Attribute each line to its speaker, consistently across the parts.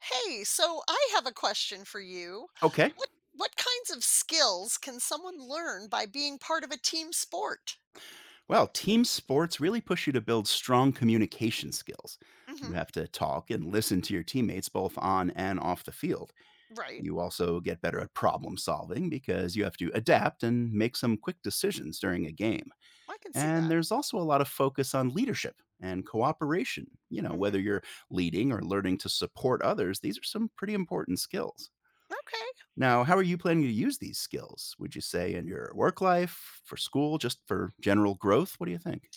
Speaker 1: Hey, so I have a question for you.
Speaker 2: Okay.
Speaker 1: What kinds of skills can someone learn by being part of a team sport?
Speaker 2: Well, team sports really push you to build strong communication skills. You
Speaker 1: Hmm.
Speaker 2: have to talk and listen to your teammates both on and off the field.
Speaker 1: Right.
Speaker 2: You also get better at problem solving because you have to adapt and make some quick decisions during a game.
Speaker 1: I can see
Speaker 2: And
Speaker 1: that.
Speaker 2: there's also a lot of focus on leadership and cooperation. You know, whether
Speaker 1: Hmm.
Speaker 2: you're leading or learning to support others, these are some pretty important skills.
Speaker 1: Okay.
Speaker 2: Now, how are you planning to use these skills? Would you say in your work life, for school, just for general growth? What do you think?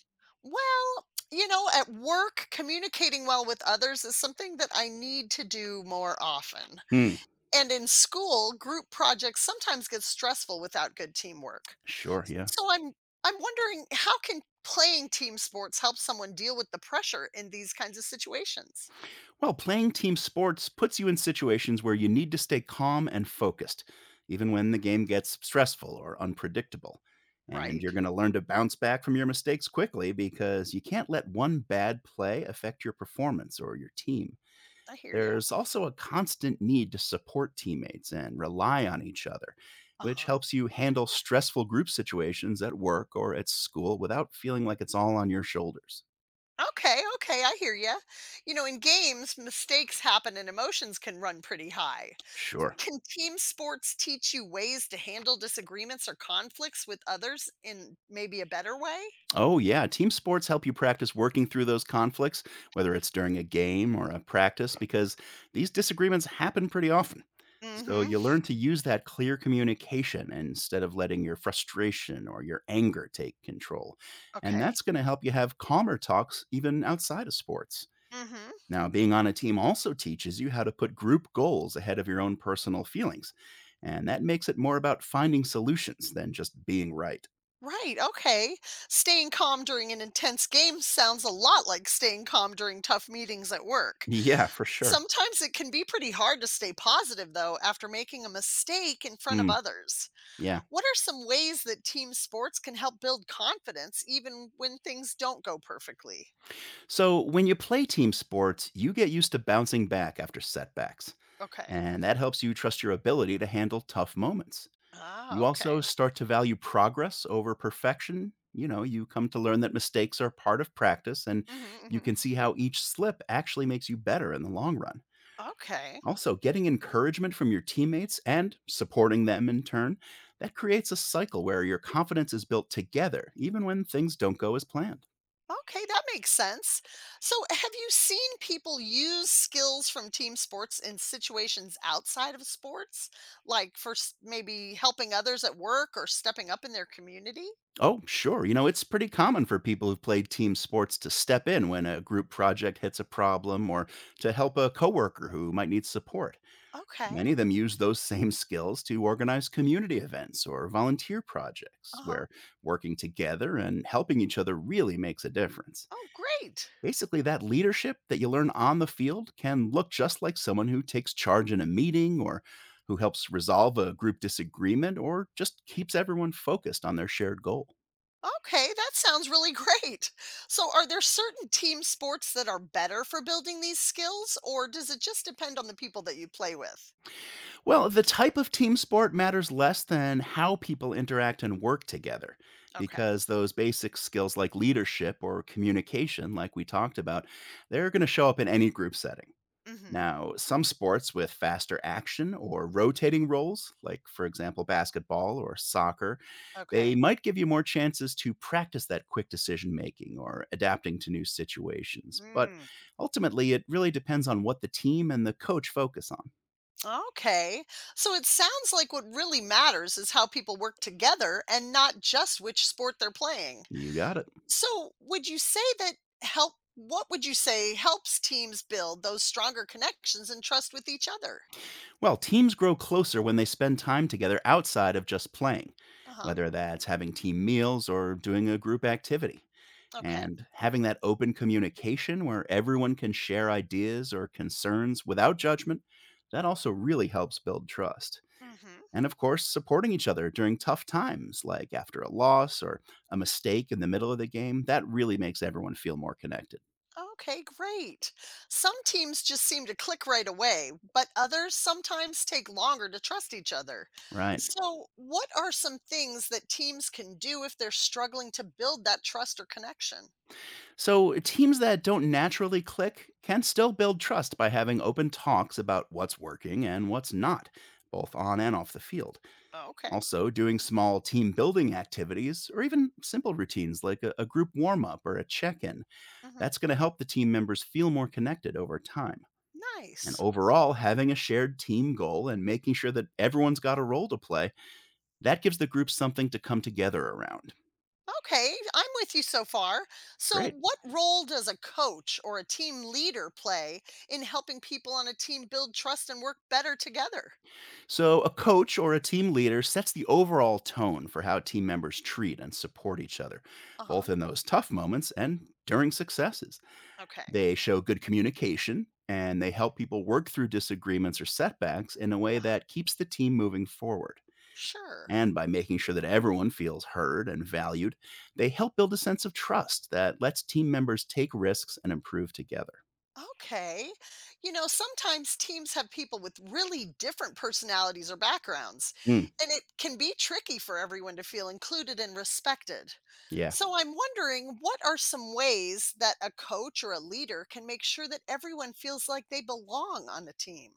Speaker 1: Well, you know, at work, communicating well with others is something that I need to do more often.
Speaker 2: Hmm.
Speaker 1: And in school, group projects sometimes get stressful without good teamwork.
Speaker 2: Sure. Yeah.
Speaker 1: So I'm wondering, how can playing team sports help someone deal with the pressure in these kinds of situations?
Speaker 2: Well, playing team sports puts you in situations where you need to stay calm and focused, even when the game gets stressful or unpredictable. And
Speaker 1: Right.
Speaker 2: you're going to learn to bounce back from your mistakes quickly because you can't let one bad play affect your performance or your team.
Speaker 1: I hear you.
Speaker 2: There's also a constant need to support teammates and rely on each other, which
Speaker 1: Uh-huh.
Speaker 2: helps you handle stressful group situations at work or at school without feeling like it's all on your shoulders.
Speaker 1: Okay, okay, I hear you. You know, in games, mistakes happen and emotions can run pretty high.
Speaker 2: Sure.
Speaker 1: Can team sports teach you ways to handle disagreements or conflicts with others in maybe a better way?
Speaker 2: Oh, yeah. Team sports help you practice working through those conflicts, whether it's during a game or a practice, because these disagreements happen pretty often. So you
Speaker 1: Mm-hmm.
Speaker 2: learn to use that clear communication instead of letting your frustration or your anger take control. And that's
Speaker 1: Okay.
Speaker 2: going to help you have calmer talks even outside of sports.
Speaker 1: Mm-hmm.
Speaker 2: Now, being on a team also teaches you how to put group goals ahead of your own personal feelings. And that makes it more about finding solutions than just being right.
Speaker 1: Right. Okay. Staying calm during an intense game sounds a lot like staying calm during tough meetings at work.
Speaker 2: Yeah, for sure.
Speaker 1: Sometimes it can be pretty hard to stay positive, though, after making a mistake in front of
Speaker 2: Mm,
Speaker 1: others.
Speaker 2: yeah.
Speaker 1: What are some ways that team sports can help build confidence even when things don't go perfectly?
Speaker 2: So, when you play team sports, you get used to bouncing back after setbacks,
Speaker 1: Okay.
Speaker 2: and that helps you trust your ability to handle tough moments.
Speaker 1: Ah,
Speaker 2: You also
Speaker 1: okay.
Speaker 2: start to value progress over perfection. You know, you come to learn that mistakes are part of practice, and
Speaker 1: Hmm.
Speaker 2: you
Speaker 1: Hmm.
Speaker 2: can see how each slip actually makes you better in the long run.
Speaker 1: Okay.
Speaker 2: Also, getting encouragement from your teammates and supporting them in turn, that creates a cycle where your confidence is built together, even when things don't go as planned.
Speaker 1: Okay, that makes sense. So, have you seen people use skills from team sports in situations outside of sports, like for maybe helping others at work or stepping up in their community?
Speaker 2: Oh, sure. You know, it's pretty common for people who've played team sports to step in when a group project hits a problem or to help a coworker who might need support.
Speaker 1: Okay.
Speaker 2: Many of them use those same skills to organize community events or volunteer projects
Speaker 1: Uh huh.
Speaker 2: where working together and helping each other really makes a difference.
Speaker 1: Oh, great.
Speaker 2: Basically, that leadership that you learn on the field can look just like someone who takes charge in a meeting or who helps resolve a group disagreement or just keeps everyone focused on their shared goal.
Speaker 1: Okay, that sounds really great. So, are there certain team sports that are better for building these skills, or does it just depend on the people that you play with?
Speaker 2: Well, the type of team sport matters less than how people interact and work together
Speaker 1: Okay.
Speaker 2: because those basic skills like leadership or communication, like we talked about, they're going to show up in any group setting.
Speaker 1: Mhm.
Speaker 2: Now, some sports with faster action or rotating roles, like for example basketball or soccer, they
Speaker 1: Okay.
Speaker 2: might give you more chances to practice that quick decision making or adapting to new situations. But
Speaker 1: Mm,
Speaker 2: ultimately, it really depends on what the team and the coach focus on.
Speaker 1: okay. So, it sounds like what really matters is how people work together and not just which sport they're playing.
Speaker 2: You got it.
Speaker 1: So, would you say that help? What would you say helps teams build those stronger connections and trust with each other?
Speaker 2: Well, teams grow closer when they spend time together outside of just playing,
Speaker 1: Uh huh.
Speaker 2: whether that's having team meals or doing a group activity.
Speaker 1: Okay.
Speaker 2: And having that open communication where everyone can share ideas or concerns without judgment, that also really helps build trust.
Speaker 1: Mm-hmm.
Speaker 2: And of course, supporting each other during tough times, like after a loss or a mistake in the middle of the game, that really makes everyone feel more connected.
Speaker 1: Okay, great. Some teams just seem to click right away, but others sometimes take longer to trust each other.
Speaker 2: Right.
Speaker 1: So, what are some things that teams can do if they're struggling to build that trust or connection?
Speaker 2: So, teams that don't naturally click can still build trust by having open talks about what's working and what's not, both on and off the field.
Speaker 1: Oh, okay.
Speaker 2: Also, doing small team building activities or even simple routines like a group warm up or a check in.
Speaker 1: Hmm.
Speaker 2: That's going to help the team members feel more connected over time. And
Speaker 1: Nice.
Speaker 2: overall, having a shared team goal and making sure that everyone's got a role to play, that gives the group something to come together around.
Speaker 1: Okay, I'm with you so far. So,
Speaker 2: Great.
Speaker 1: what role does a coach or a team leader play in helping people on a team build trust and work better together?
Speaker 2: So, a coach or a team leader sets the overall tone for how team members treat and support each other,
Speaker 1: Uh
Speaker 2: both
Speaker 1: huh.
Speaker 2: in those tough moments and during successes.
Speaker 1: Okay.
Speaker 2: They show good communication and they help people work through disagreements or setbacks in a way
Speaker 1: Uh-huh.
Speaker 2: that keeps the team moving forward.
Speaker 1: Sure.
Speaker 2: And by making sure that everyone feels heard and valued, they help build a sense of trust that lets team members take risks and improve together.
Speaker 1: Okay. You know, sometimes teams have people with really different personalities or backgrounds,
Speaker 2: Mm,
Speaker 1: and it can be tricky for everyone to feel included and respected.
Speaker 2: yeah,
Speaker 1: So I'm wondering, what are some ways that a coach or a leader can make sure that everyone feels like they belong on the team?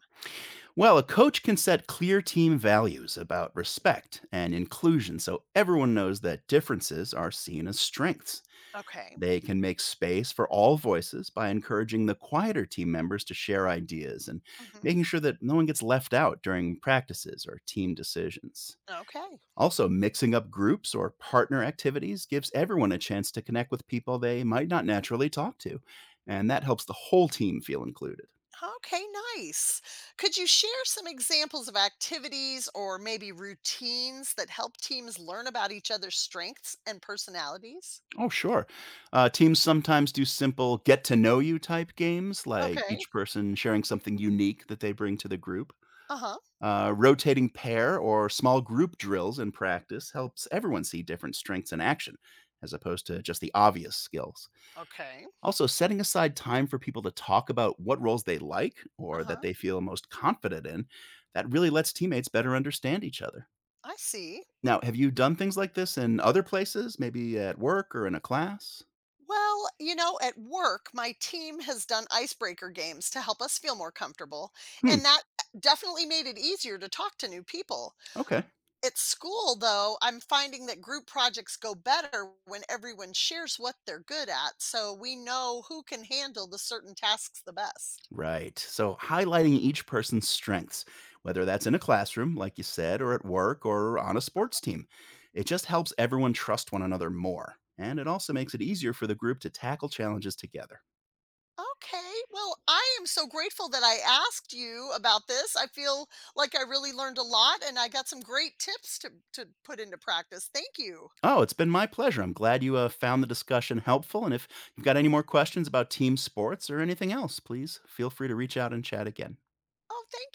Speaker 2: Well, a coach can set clear team values about respect and inclusion so everyone knows that differences are seen as strengths.
Speaker 1: Okay.
Speaker 2: They can make space for all voices by encouraging the quieter team members to share ideas and
Speaker 1: Hmm.
Speaker 2: making sure that no one gets left out during practices or team decisions.
Speaker 1: Okay.
Speaker 2: Also, mixing up groups or partner activities gives everyone a chance to connect with people they might not naturally talk to, and that helps the whole team feel included.
Speaker 1: Okay, nice. Could you share some examples of activities or maybe routines that help teams learn about each other's strengths and personalities?
Speaker 2: Oh, sure. Teams sometimes do simple get to know you type games, like
Speaker 1: Okay.
Speaker 2: each person sharing something unique that they bring to the group.
Speaker 1: Uh huh.
Speaker 2: Rotating pair or small group drills in practice helps everyone see different strengths in action, as opposed to just the obvious skills.
Speaker 1: Okay.
Speaker 2: Also, setting aside time for people to talk about what roles they like
Speaker 1: Uh
Speaker 2: or that
Speaker 1: huh.
Speaker 2: they feel most confident in, that really lets teammates better understand each other.
Speaker 1: I see.
Speaker 2: Now, have you done things like this in other places, maybe at work or in a class?
Speaker 1: Well, you know, at work, my team has done icebreaker games to help us feel more comfortable,
Speaker 2: Hmm,
Speaker 1: and that definitely made it easier to talk to new people.
Speaker 2: okay.
Speaker 1: At school, though, I'm finding that group projects go better when everyone shares what they're good at, so we know who can handle the certain tasks the best.
Speaker 2: Right. So highlighting each person's strengths, whether that's in a classroom, like you said, or at work or on a sports team, it just helps everyone trust one another more. And it also makes it easier for the group to tackle challenges together.
Speaker 1: Okay. Well, I am so grateful that I asked you about this. I feel like I really learned a lot and I got some great tips to put into practice. Thank you.
Speaker 2: Oh, it's been my pleasure. I'm glad you found the discussion helpful. And if you've got any more questions about team sports or anything else, please feel free to reach out and chat again.
Speaker 1: Oh, thank